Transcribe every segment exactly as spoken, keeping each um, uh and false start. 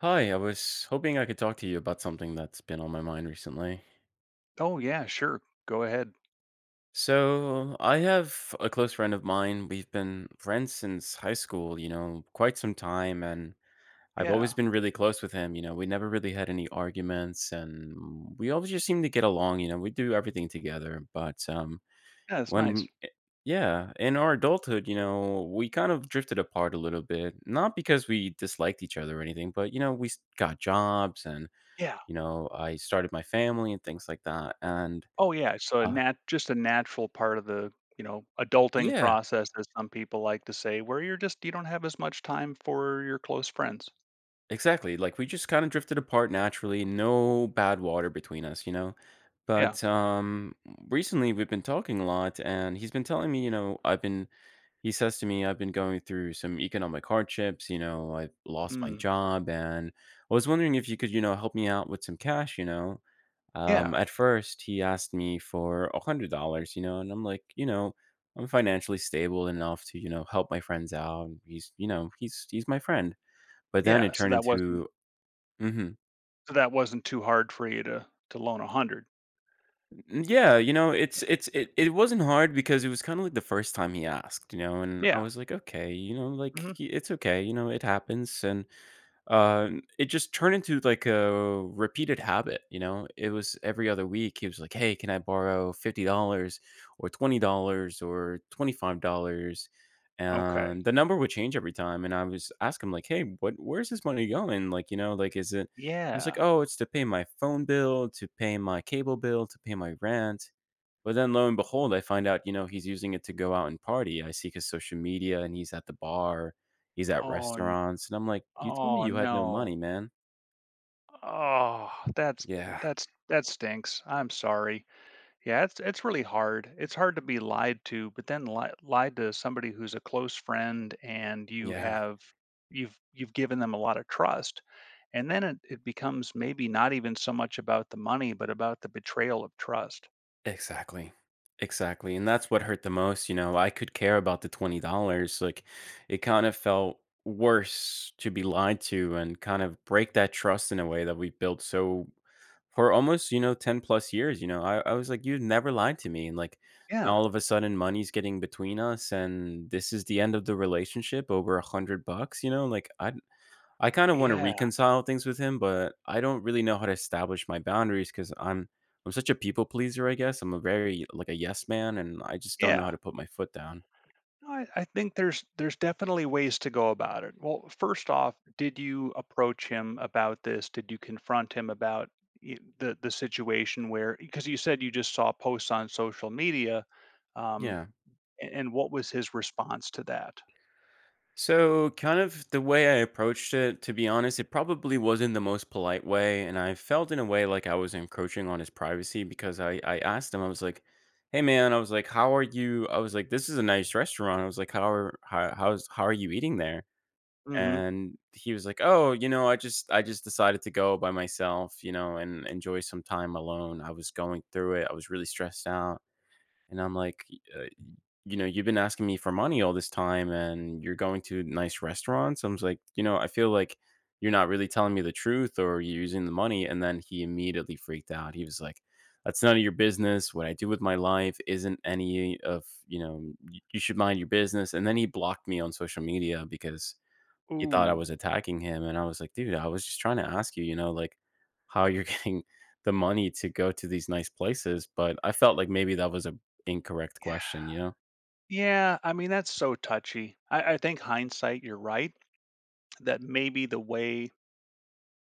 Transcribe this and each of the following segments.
Hi, I was hoping I could talk to you about something that's been on my mind recently. Oh, yeah, sure. Go ahead. So, I have a close friend of mine. We've been friends since high school, you know, quite some time, and I've Yeah. always been really close with him. You know, we never really had any arguments, and we always just seem to get along. You know, we do everything together. But um, Yeah, it's when, nice. eh, yeah, in our adulthood, you know, we kind of drifted apart a little bit. Not because we disliked each other or anything, but you know, we s- got jobs and Yeah. You know, I started my family and things like that, and, Oh, yeah, so a uh nat just a natural part of the, you know, adulting yeah, process, as some people like to say, where you're just you don't have as much time for your close friends. exactly, like, we just kinda drifted apart naturally, no bad water between us, you know? Yeah. But, um, recently, we've been talking a lot, and he's been telling me, you know, I've been he says to me, "I've been going through some economic hardships, you know, I lost my Mm. job, and I was wondering if you could, you know, help me out with some cash, you know?" Um, Yeah. At first, he asked me for a a hundred dollars you know, and I'm like, you know, I'm financially stable enough to, you know, help my friends out. He's, you know, he's he's my friend. But then it Yeah, so turned that into. wasn't Mhm. so that wasn't too hard for you to to loan one hundred. Yeah, you know, it's it's it, it wasn't hard because it was kind of like the first time he asked, you know, and I Yeah. was like, okay, you know, like Mhm. he- it's okay, you know, it happens, and Uh, it just turned into like a repeated habit, you know? It was every other week. He was like, "Hey, can I borrow fifty dollars or twenty dollars or twenty-five dollars" Okay. And the number would change every time. And I was asking him, like, "Hey, what, where's this money going? Like, you know, like, is it, he's like, Yeah. "Oh, it's to pay my phone bill, to pay my cable bill, to pay my rent." But then lo and behold, I find out, you know, he's using it to go out and party. I see his social media and he's at the bar, he's at Oh, n restaurants, and I'm like, "You told me oh, you had no no. money, man." Oh, that's Yeah, that's that stinks. I'm sorry. Yeah, it's it's really hard. It's hard to be lied to, but then li- lied to somebody who's a close friend and you yeah. have you've you've given them a lot of trust. And then it, it becomes maybe not even so much about the money, but about the betrayal of trust. Exactly. Exactly, and that's what hurt the most, you know, I could care about the twenty dollars like, it kind of felt worse to be lied to and kind of break that trust in a way that we built so for almost, you know, ten plus years, you know, I I was like, "You've never lied to me," and, like, now Yeah. all of a sudden money's getting between us, and this is the end of the relationship over a hundred bucks, you know, like, I I kind of want to Yeah. reconcile things with him, but I don't really know how to establish my boundaries because I'm I'm such a people pleaser, I guess. I'm a very like a yes man, and I just don't know how Yeah. to put my foot down. No, I, I think there's there's definitely ways to go about it. Well, first off, did you approach him about this? Did you confront him about y- the the situation where, because you said you just saw posts on social media, um, Yeah. a- and what was his response to that? So, kind of the way I approached it, to be honest, it probably wasn't the most polite way. And I felt in a way like I was encroaching on his privacy because I, I asked him. I was like, "Hey, man," I was like, "How are you?" I was like, "This is a nice restaurant." I was like, how are, how, how's, "How are you eating there?" Hmm. And he was like, "Oh, you know, I just I just decided to go by myself, you know, and enjoy some time alone. I was going through it. I was really stressed out." And I'm like, uh, "You know, you've been asking me for money all this time and you're going to nice restaurants." I was like, "You know, I feel like you're not really telling me the truth or you're using the money." And then he immediately freaked out. He was like, "That's none of your business. What I do with my life isn't any of, you know, y- you should mind your business." And then he blocked me on social media because he thought I Ooh, was attacking him, and I was like, "Dude, I was just trying to ask you, you know, like, how you're getting the money to go to these nice places," but I felt like maybe that was a incorrect yeah, question, you know? yeah. I mean, that's so touchy. I, I think hindsight, you're right that maybe the way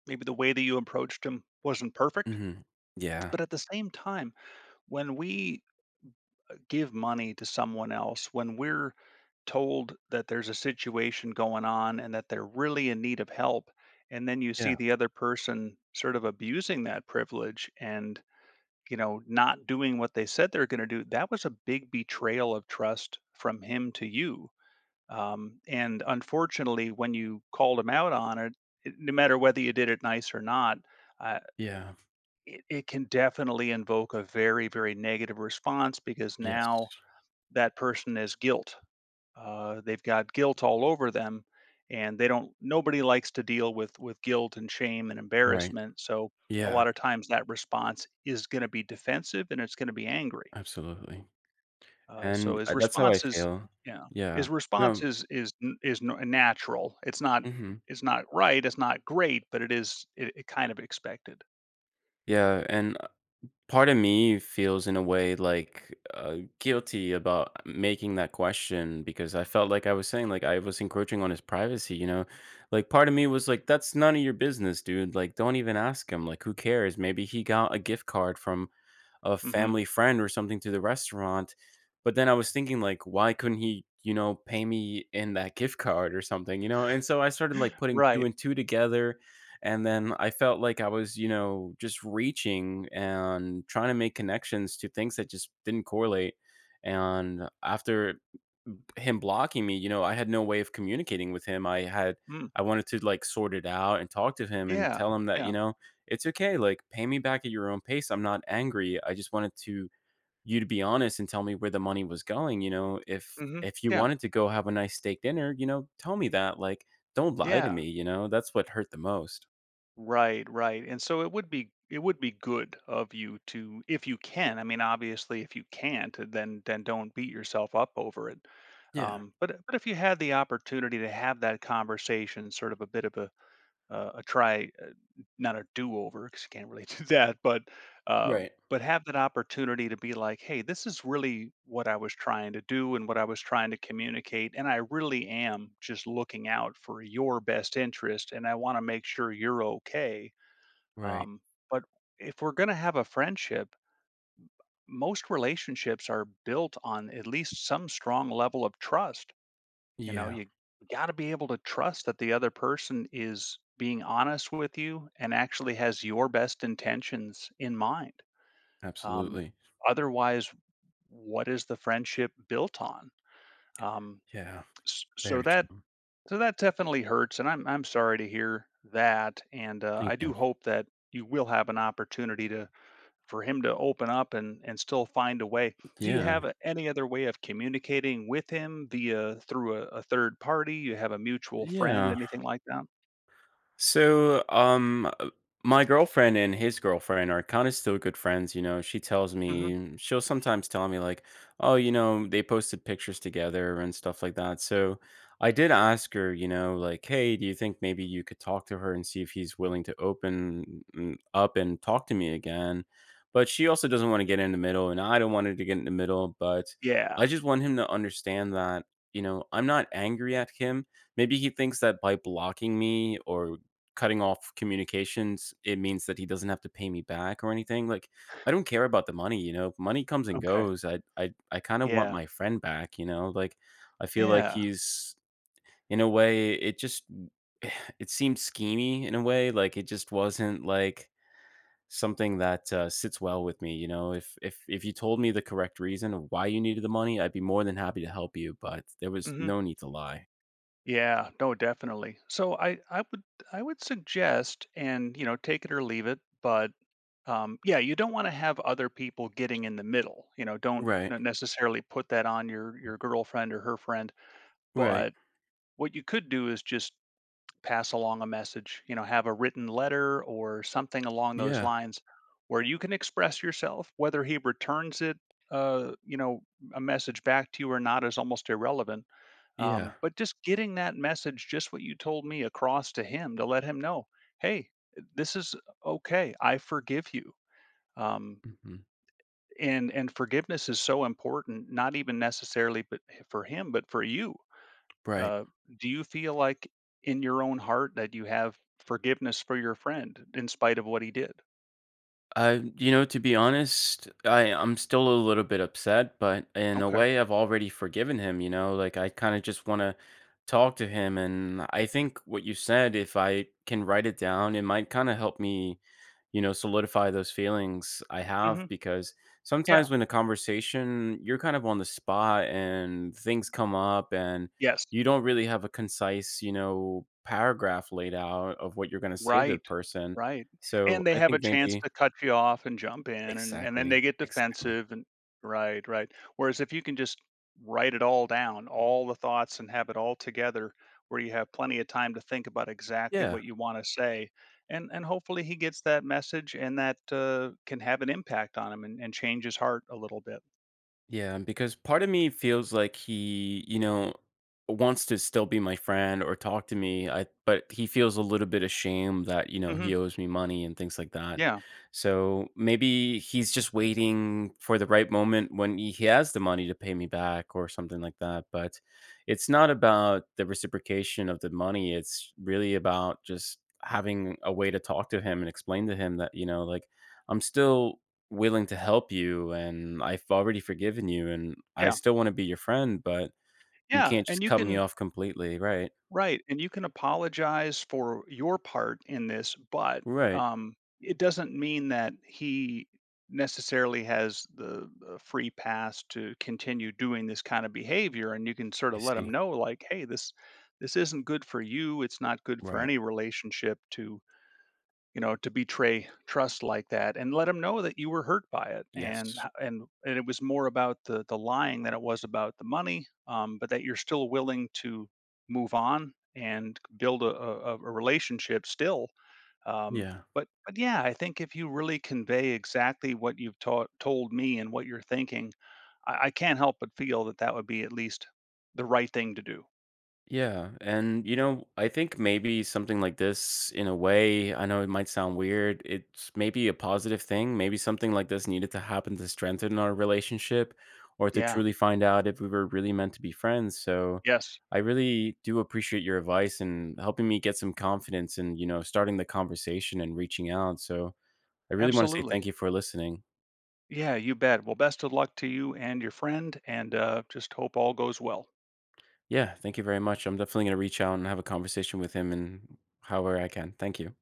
maybe the way that you approached him wasn't perfect, Mhm. Yeah. but at the same time, when we give money to someone else when we're told that there's a situation going on and that they're really in need of help, and then you see Yeah. the other person sort of abusing that privilege and you know not doing what they said they're going to do, that was a big betrayal of trust from him to you. Um, and unfortunately when you called him out on it, it no matter whether you did it nice or not uh, Yeah. it, it can definitely invoke a very very negative response because Yes. now that person as guilt. Uh, they've got guilt all over them, and they don't. Nobody likes to deal with with guilt and shame and Right. embarrassment. So a Yeah. lot of times that response is going to be defensive and it's going to be angry. Absolutely. Uh, so And, his uh, that's how I response is feel. yeah, Yeah. his response No. is is n- is n- natural. It's not Mhm. it's not right. It's not great, but it is it, it kind of expected. Yeah, and part of me feels in a way like uh, guilty about making that question because I felt like I was saying like I was encroaching on his privacy, you know. Like part of me was like that's none of your business, dude. Like don't even ask him. Like who cares? Maybe he got a gift card from a Hmm. family friend or something to the restaurant. But then I was thinking like, why couldn't he, you know, pay me in that gift card or something, you know? And so I started like putting two Right. and two together. And then I felt like I was, you know, just reaching and trying to make connections to things that just didn't correlate. And after him blocking me, you know, I had no way of communicating with him. I had Mm. I wanted to like sort it out and talk to him and Yeah. tell him that, you Yeah. know, it's okay. Like pay me back at your own pace. I'm not angry. I just wanted to you to be honest and tell me where the money was going, you know, if Hmm. if you Yeah. wanted to go have a nice steak dinner, you know, tell me that. Like don't lie to Yeah. me, you know. That's what hurt the most. Right, right. And so it would be it would be good of you to if you can. I mean, obviously if you can't, uh, then then don't beat yourself up over it. Yeah. Um, but but if you had the opportunity to have that conversation, sort of a bit of a uh, a try, uh, not a do-over because you can't really do that, but uh, Right. but have that opportunity to be like, hey, this is really what I was trying to do and what I was trying to communicate, and I really am just looking out for your best interest, and I want to make sure you're okay. Right. Um, but if we're gonna have a friendship, most relationships are built on at least some strong level of trust. You know, Yeah. you got to be able to trust that the other person is being honest with you and actually has your best intentions in mind. Um, Absolutely. otherwise, what is the friendship built on? Um, Yeah. s- so Very that true. so that definitely hurts, and I'm I'm sorry to hear that. And uh, Thank I you. do hope that you will have an opportunity to for him to open up and and still find a way. Do you have Yeah. a any other way of communicating with him via through a a third party? You have a mutual friend, Yeah. anything like that? So, um, uh, my girlfriend and his girlfriend are kind of still good friends. You know, she tells Mhm. me, she'll sometimes tell me, like, oh, you know, they posted pictures together and stuff like that. So I did ask her, you know, like, hey, do you think maybe you could talk to her and see if he's willing to open mm, up and talk to me again? But she also doesn't want to get in the middle, and I don't want her to get in the middle. But Yeah. I just want him to understand that, you know, I'm not angry at him. Maybe he thinks that by blocking me or cutting off communications, it means that he doesn't have to pay me back or anything. Like, I don't care about the money, you know. Money comes and Okay. goes. I I I kinda want Yeah. my friend back, you know? Like, I feel like Yeah. he's in a way, it just it seemed schemy in a way. Like, it just wasn't, like, something that, uh, sits well with me, you know? If if if you told me the correct reason of why you needed the money, I'd be more than happy to help you, but there was Mhm. no need to lie. Yeah. No, definitely. So I I would I would suggest and, you know, take it or leave it, but, um, yeah, you don't wanna have other people getting in the middle, you know, don't Right, not necessarily put that on your your girlfriend or her friend, right. but what you could do is just pass along a message, you know, have a written letter or something along those Yeah, lines where you can express yourself. Whether he returns it, uh, you know, a message back to you or not is almost irrelevant. yeah. Um, but just getting that message, just what you told me, across to him to let him know, hey, this is okay. I forgive you. Um, Mhm. and and forgiveness is so important, not even necessarily but eh, for him, but for you. Right. uh, do you feel like in your own heart that you have forgiveness for your friend in spite of what he did? Uh, you know, to be honest, I I'm still a little bit upset, but in a Okay. way, I've already forgiven him. You know, like I kind of just want to talk to him, and I think what you said, if I can write it down, it might kind of help me, you know, solidify those feelings I have Hmm. because sometimes Yeah. when a conversation, you're kind of on the spot and things come up, and Yes. you don't really have a concise, you know, paragraph laid out of what you're going to say to the Right. person. Right. So And they I have a think chance maybe. to cut you off and jump in, and and then Exactly, they get exactly. defensive and right, right. Whereas if you can just write it all down, all the thoughts and have it all together where you have plenty of time to think about exactly Yeah, what you want to say. And and hopefully he gets that message and that uh, can have an impact on him and, and change his heart a little bit. yeah, because part of me feels like he, you know, wants to still be my friend or talk to me, I but he feels a little bit ashamed that, you know, he Mhm. owes me money and things like that. Yeah, So, maybe he's just waiting for the right moment when he he has the money to pay me back or something like that, but it's not about the reciprocation of the money, it's really about just having a way to talk to him and explain to him that, you know, like, I'm still willing to help you, and I've already forgiven you, and I yeah, still wanna be your friend, but you yeah, can't and just you cut me can off completely, right. right, and you can apologize for your part in this, but, Right. um, it doesn't mean that he necessarily has the the free pass to continue doing this kind of behavior, and you can sort I of let him see. know, like, "Hey, this this isn't good for you, it's not good for Right. any relationship to you know, to betray trust like that," and let them know that you were hurt by it. And Yes. h- and and it was more about the the lying than it was about the money, um, but that you're still willing to move on and build a, a, a relationship still. Um, Yeah. but but yeah, I think if you really convey exactly what you've taught told me and what you're thinking, I, I can't help but feel that that would be at least the right thing to do. Yeah, and you know, I think maybe something like this, in a way, I know it might sound weird. It's maybe a positive thing. Maybe something like this needed to happen to strengthen our relationship or to Yeah. truly find out if we were really meant to be friends. So Yes. I really do appreciate your advice and helping me get some confidence and, you know, starting the conversation and reaching out. So I really want to say Absolutely. thank you for listening. Yeah, you bet. Well, best of luck to you and your friend, and uh, just hope all goes well. Yeah, thank you very much. I'm definitely going to reach out and have a conversation with him and however I can. Thank you.